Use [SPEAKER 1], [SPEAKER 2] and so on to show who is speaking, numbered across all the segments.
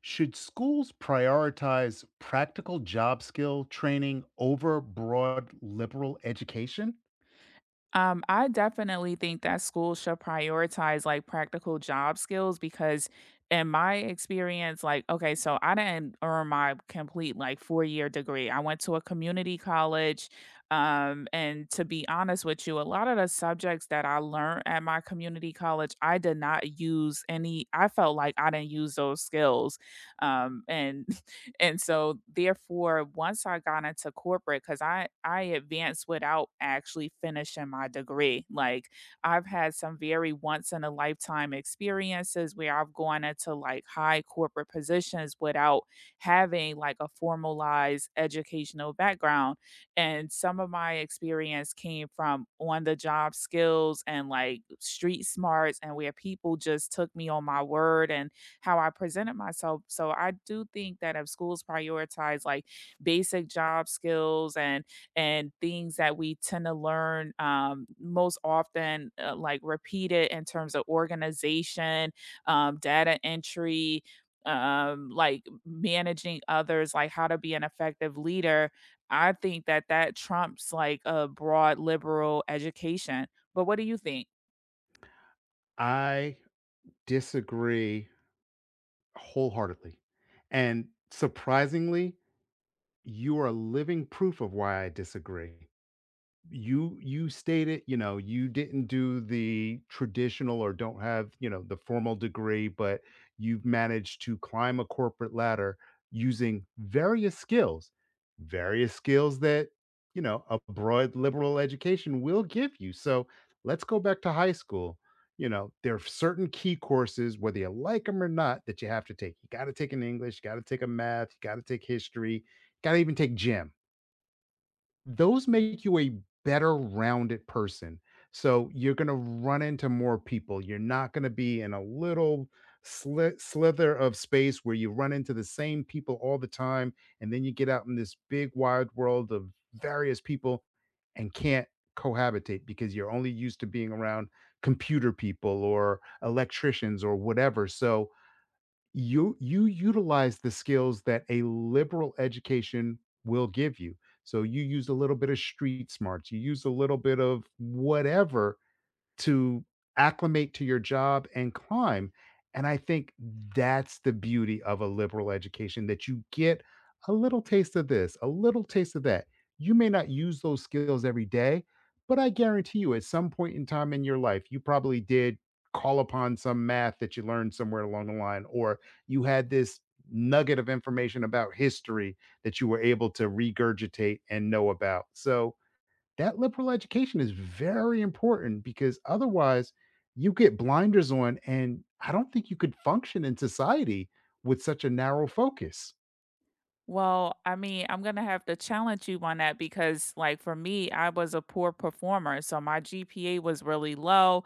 [SPEAKER 1] Should schools prioritize practical job skill training over broad liberal education?
[SPEAKER 2] I definitely think that schools should prioritize like practical job skills because in my experience, like, okay, so I didn't earn my complete like 4 year degree. I went to a community college. And to be honest with you, a lot of the subjects that I learned at my community college, I did not use any, I felt like I didn't use those skills. And And so therefore, once I got into corporate, because I advanced without actually finishing my degree. Like I've had some very once in a lifetime experiences where I've gone into like high corporate positions without having like a formalized educational background. And some of my experience came from on the job skills and like street smarts and where people just took me on my word and how I presented myself. So I do think that if schools prioritize like basic job skills and things that we tend to learn most often, like repeated in terms of organization, data entry, like managing others, like how to be an effective leader. I think that that trumps like a broad liberal education. But what do you think?
[SPEAKER 1] I disagree wholeheartedly. And surprisingly, you are living proof of why I disagree. You stated, you know, you didn't do the traditional or don't have, you know, the formal degree, but you've managed to climb a corporate ladder using various skills, various skills that, you know, a broad liberal education will give you. So let's go back to high school. You know, there are certain key courses, whether you like them or not, that you have to take. You got to take an English, you got to take a math, you got to take history, got to even take gym. Those make you a better rounded person. So you're going to run into more people. You're not going to be in a little slither of space where you run into the same people all the time. And then you get out in this big wide world of various people and can't cohabitate because you're only used to being around computer people or electricians or whatever. So you utilize the skills that a liberal education will give you. So you use a little bit of street smarts, you use a little bit of whatever to acclimate to your job and climb. And I think that's the beauty of a liberal education, that you get a little taste of this, a little taste of that. You may not use those skills every day, but I guarantee you, at some point in time in your life, you probably did call upon some math that you learned somewhere along the line, or you had this nugget of information about history that you were able to regurgitate and know about. So that liberal education is very important, because otherwise you get blinders on, and I don't think you could function in society with such a narrow focus.
[SPEAKER 2] Well, I mean, I'm gonna have to challenge you on that because, like, for me, I was a poor performer, so my GPA was really low.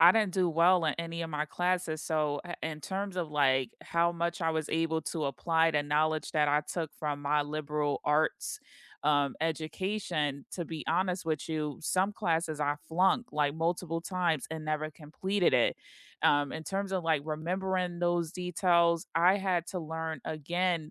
[SPEAKER 2] I didn't do well in any of my classes. So, in terms of like how much I was able to apply the knowledge that I took from my liberal arts education, to be honest with you, some classes I flunked like multiple times and never completed it. In terms of like remembering those details, I had to learn again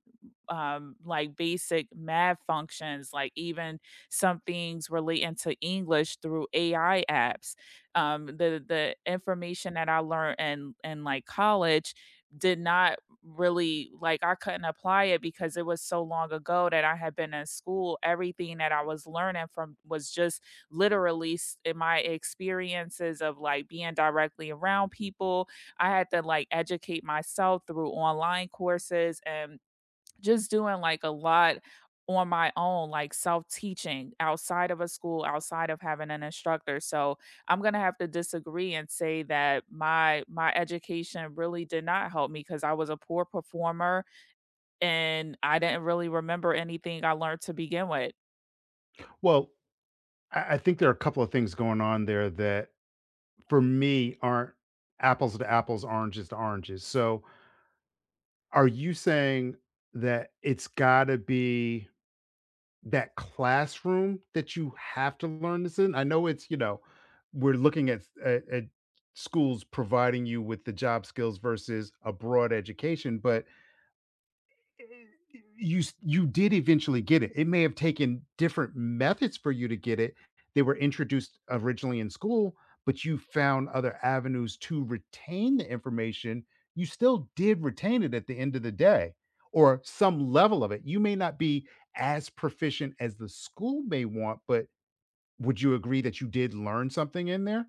[SPEAKER 2] like basic math functions, like even some things relating to English through AI apps. The information that I learned in like college did not really like I couldn't apply it because it was so long ago that I had been in school. Everything that I was learning from was just literally in my experiences of like being directly around people. I had to like educate myself through online courses and just doing like a lot on my own, like self teaching outside of a school, outside of having an instructor. So I'm gonna have to disagree and say that my education really did not help me because I was a poor performer and I didn't really remember anything I learned to begin with.
[SPEAKER 1] Well, I think there are a couple of things going on there that, for me, aren't apples to apples, oranges to oranges. So, are you saying that it's gotta be that classroom that you have to learn this in? I know it's, you know, we're looking at at schools providing you with the job skills versus a broad education, but you did eventually get it. It may have taken different methods for you to get it. They were introduced originally in school, but you found other avenues to retain the information. You still did retain it at the end of the day, or some level of it. You may not be as proficient as the school may want, but would you agree that you did learn something in there?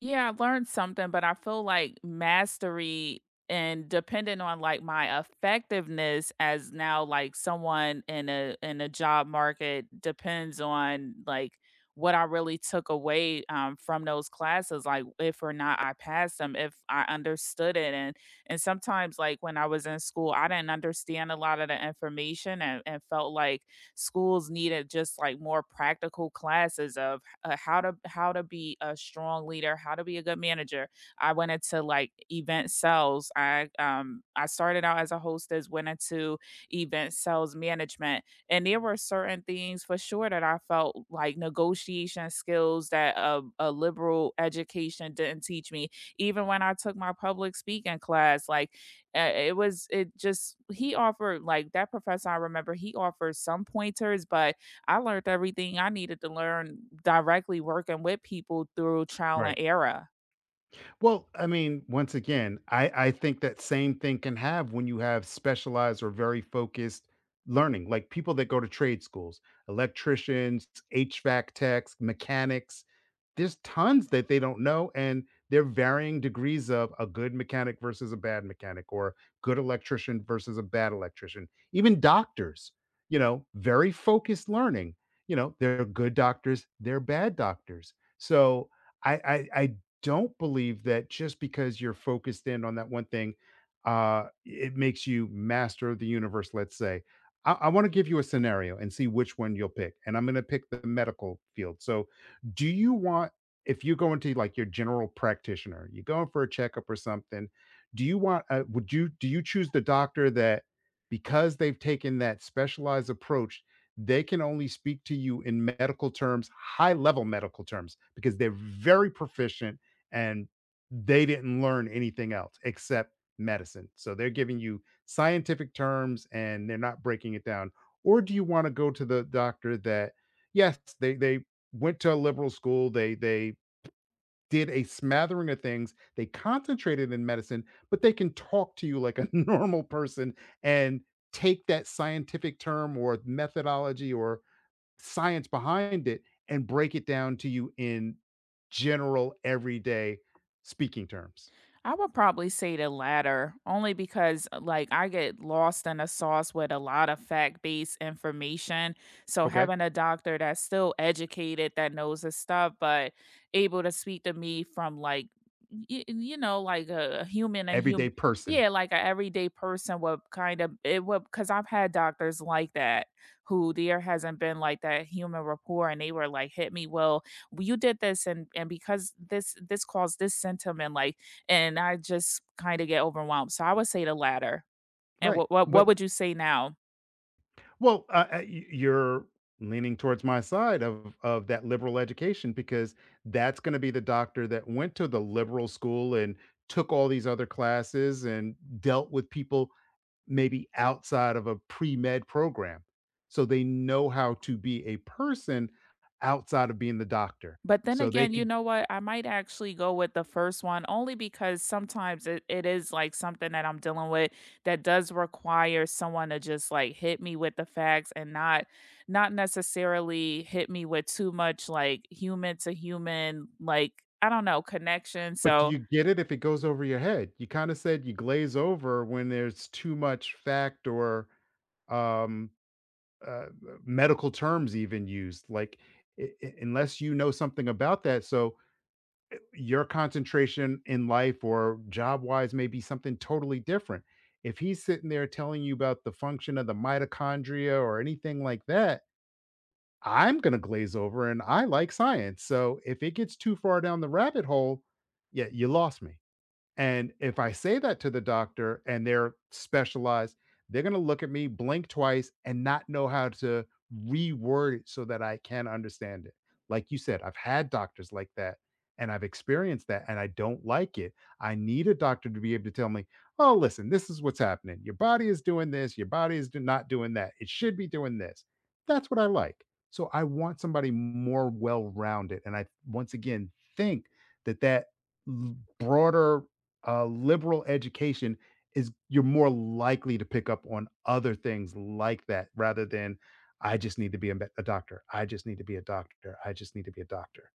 [SPEAKER 2] Yeah, I learned something, but I feel like mastery and depending on like my effectiveness as now like someone in a job market depends on like what I really took away from those classes, like if or not I passed them, if I understood it, and sometimes like when I was in school, I didn't understand a lot of the information and felt like schools needed just like more practical classes of how to be a strong leader, how to be a good manager. I went into like event sales. I started out as a hostess, went into event sales management, and there were certain things for sure that I felt like negotiation skills that a liberal education didn't teach me. Even when I took my public speaking class, like it was it just he offered like that professor I remember he offered some pointers, but I learned everything I needed to learn directly working with people through trial
[SPEAKER 1] Right.
[SPEAKER 2] and error.
[SPEAKER 1] Well, I mean, once again, I think that same thing can have when you have specialized or very focused learning, like people that go to trade schools, electricians, HVAC techs, mechanics. There's tons that they don't know, and they're varying degrees of a good mechanic versus a bad mechanic, or good electrician versus a bad electrician. Even doctors, you know, very focused learning. You know, they're good doctors, they're bad doctors. So I don't believe that just because you're focused in on that one thing, it makes you master of the universe, let's say. I want to give you a scenario and see which one you'll pick. And I'm going to pick the medical field. So, do you want, if you go into like your general practitioner, you're going for a checkup or something, do you want, would you, do you choose the doctor that because they've taken that specialized approach, they can only speak to you in medical terms, high level medical terms, because they're very proficient and they didn't learn anything else except medicine. So they're giving you scientific terms and they're not breaking it down. Or do you want to go to the doctor that, yes, they went to a liberal school, they did a smattering of things, they concentrated in medicine, but they can talk to you like a normal person and take that scientific term or methodology or science behind it and break it down to you in general everyday speaking terms.
[SPEAKER 2] I would probably say the latter, only because like I get lost in a sauce with a lot of fact-based information. So
[SPEAKER 1] Okay?
[SPEAKER 2] having a doctor that's still educated, that knows his stuff, but able to speak to me from like you know, like a human,
[SPEAKER 1] Everyday person.
[SPEAKER 2] yeah, like a everyday person would kind of it would because I've had doctors like that who there hasn't been like that human rapport, and they were like, "Hit me, well, you did this, and because this caused this symptom, and like." And I just kinda get overwhelmed, so I would say the latter. And
[SPEAKER 1] Right.
[SPEAKER 2] what
[SPEAKER 1] But
[SPEAKER 2] would you say now?
[SPEAKER 1] well, you're leaning towards my side of that liberal education, because that's going to be the doctor that went to the liberal school and took all these other classes and dealt with people maybe outside of a pre-med program. So they know how to be a person outside of being the doctor.
[SPEAKER 2] But then
[SPEAKER 1] So they
[SPEAKER 2] again, you
[SPEAKER 1] can,
[SPEAKER 2] know what, I might actually go with the first one only because sometimes it it is, like, something that I'm dealing with that does require someone to just, like, hit me with the facts and not not necessarily hit me with too much, like, human to human, like, I don't know, connection,
[SPEAKER 1] but do
[SPEAKER 2] so.
[SPEAKER 1] you get it if it goes over your head? You kinda said you glaze over when there's too much fact or, um, medical terms even used, like, u u unless you know something about that, so your concentration in life or job wise may be something totally different. If he's sitting there telling you about the function of the mitochondria or anything like that, I'm going to glaze over, and I like science. So if it gets too far down the rabbit hole, yeah, you lost me. And if I say that to the doctor and they're specialized, they're going to look at me, blink twice, and not know how to reword it so that I can understand it. Like you said, I've had doctors like that, and I've experienced that, and I don't like it. I need a doctor to be able to tell me, oh, listen, this is what's happening. Your body is doing this. Your body is not doing that. It should be doing this. That's what I like. So I want somebody more well rounded. And I, once again, think that broader, a liberal education, is you're more likely to pick up on other things like that rather than I just need to be a, a doctor. I just need to be a doctor. I just need to be a doctor.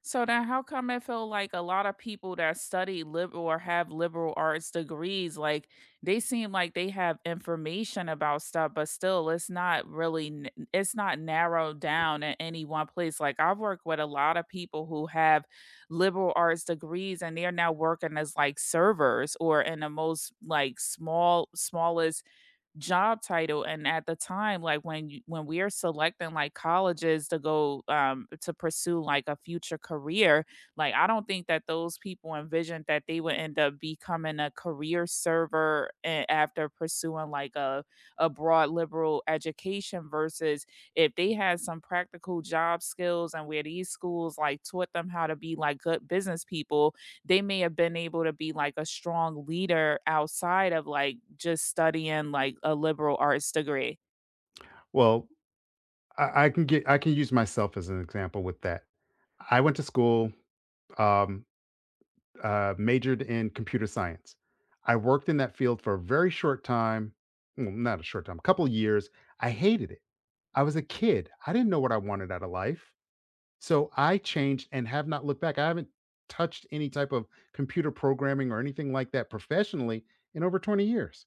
[SPEAKER 2] So now how come I feel like a lot of people that study liberal or have liberal arts degrees, like they seem like they have information about stuff, but still it's not really it's not narrowed down in any one place. Like I've worked with a lot of people who have liberal arts degrees and they're now working as like servers or in the most like small smallest job title and at the time like when you when we're selecting like colleges to go to pursue like a future career like I don't think that those people envisioned that they would end up becoming a career server after pursuing like a broad liberal education versus if they had some practical job skills and where these schools like taught them how to be like good business people they may have been able to be like a strong leader outside of like just studying like a liberal arts degree.
[SPEAKER 1] Well, I can get, I can use myself as an example with that. I went to school, um, majored in computer science. I worked in that field for a very short time, well, not a short time, a couple of years. I hated it. I was a kid. I didn't know what I wanted out of life. So I changed and have not looked back. I haven't touched any type of computer programming or anything like that professionally in over 20 years.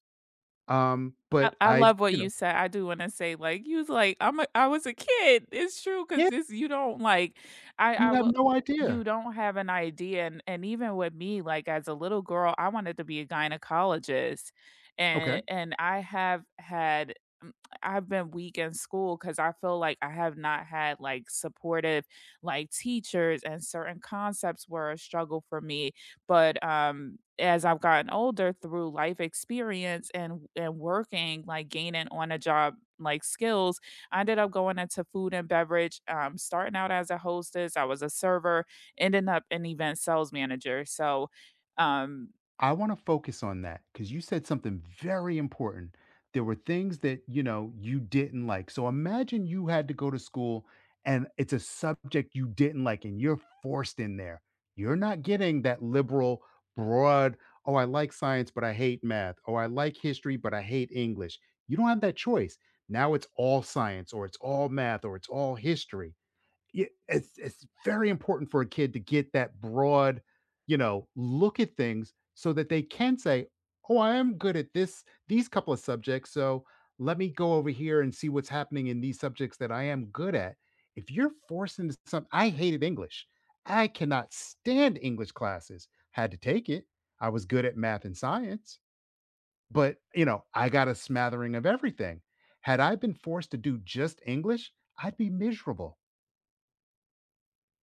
[SPEAKER 1] But
[SPEAKER 2] I
[SPEAKER 1] I,
[SPEAKER 2] love what
[SPEAKER 1] you know,
[SPEAKER 2] you said, I do wanna say, like, you was like, "I'm a I was a kid." It's true 'cause
[SPEAKER 1] yeah,
[SPEAKER 2] this you don't, like
[SPEAKER 1] you
[SPEAKER 2] I
[SPEAKER 1] have
[SPEAKER 2] will
[SPEAKER 1] no
[SPEAKER 2] you
[SPEAKER 1] idea.
[SPEAKER 2] don't have an idea, and even with me, like, as a little girl, I wanted to be a gynecologist,
[SPEAKER 1] Okay.
[SPEAKER 2] and I have had mm, I've been weak in school because I feel like I have not had, like, supportive, like, teachers, and certain concepts were a struggle for me, but, as I've gotten older through life experience and working, like, gaining on a job, like, skills, I ended up going into food and beverage, starting out as a hostess, I was a server, ending up an event sales manager, so, um,
[SPEAKER 1] I want to focus on that because you said something very important. There were things that, you know, you didn't like. So imagine you had to go to school and it's a subject you didn't like and you're forced in there. You're not getting that liberal, broad, oh, I like science, but I hate math. Oh, I like history, but I hate English. You don't have that choice. Now it's all science or it's all math or it's all history. Yeah, it's very important for a kid to get that broad, you know, look at things so that they can say, "Oh, I am good at this these couple of subjects, so let me go over here and see what's happening in these subjects that I am good at." If you're forced into something, I hated English. I cannot stand English classes. Had to take it. I was good at math and science, but you know, I got a smattering of everything. Had I been forced to do just English, I'd be miserable.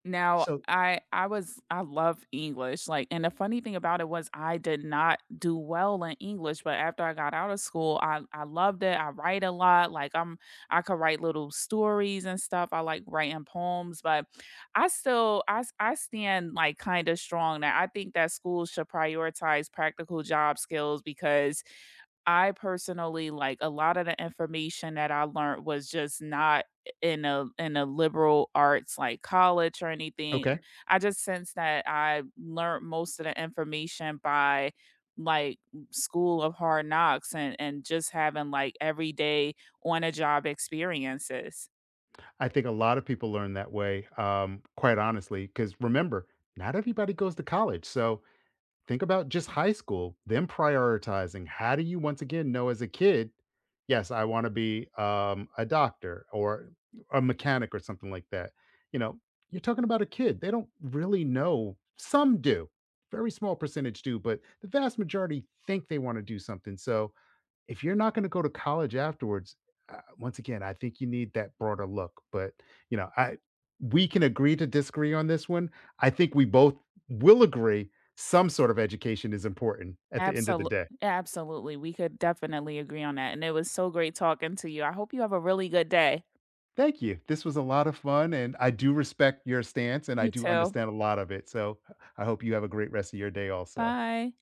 [SPEAKER 2] Now,
[SPEAKER 1] So,
[SPEAKER 2] I was I love English, like and the funny thing about it was I did not do well in English, but after I got out of school, I loved it. I write a lot, like I'm I could write little stories and stuff. I like writing poems, but I still I I stand like kind of strong that I think that schools should prioritize practical job skills because I personally like a lot of the information that I learned was just not in a in a liberal arts like college or anything.
[SPEAKER 1] okay.
[SPEAKER 2] I just sense that I learned most of the information by like school of hard knocks and just having like everyday on a job experiences.
[SPEAKER 1] I think a lot of people learn that way, quite honestly, because remember, not everybody goes to college. So think about just high school, them prioritizing. How do you once again know as a kid, yes, I want to be a doctor or a mechanic or something like that? You know, you're talking about a kid. They don't really know. Some do, very small percentage do, but the vast majority think they want to do something. So, if you're not gonna go to college afterwards, once again, I think you need that broader look, but, you know, I we can agree to disagree on this one. I think we both will agree some sort of education is important at the end of the
[SPEAKER 2] Absolutely,
[SPEAKER 1] day.
[SPEAKER 2] absolutely. We could definitely agree on that. And it was so great talking to you. I hope you have a really good day.
[SPEAKER 1] Thank you. This was a lot of fun, and I do respect your stance, and I
[SPEAKER 2] You
[SPEAKER 1] do
[SPEAKER 2] too.
[SPEAKER 1] understand a lot of it, so I hope you have a great rest of your day also.
[SPEAKER 2] Bye.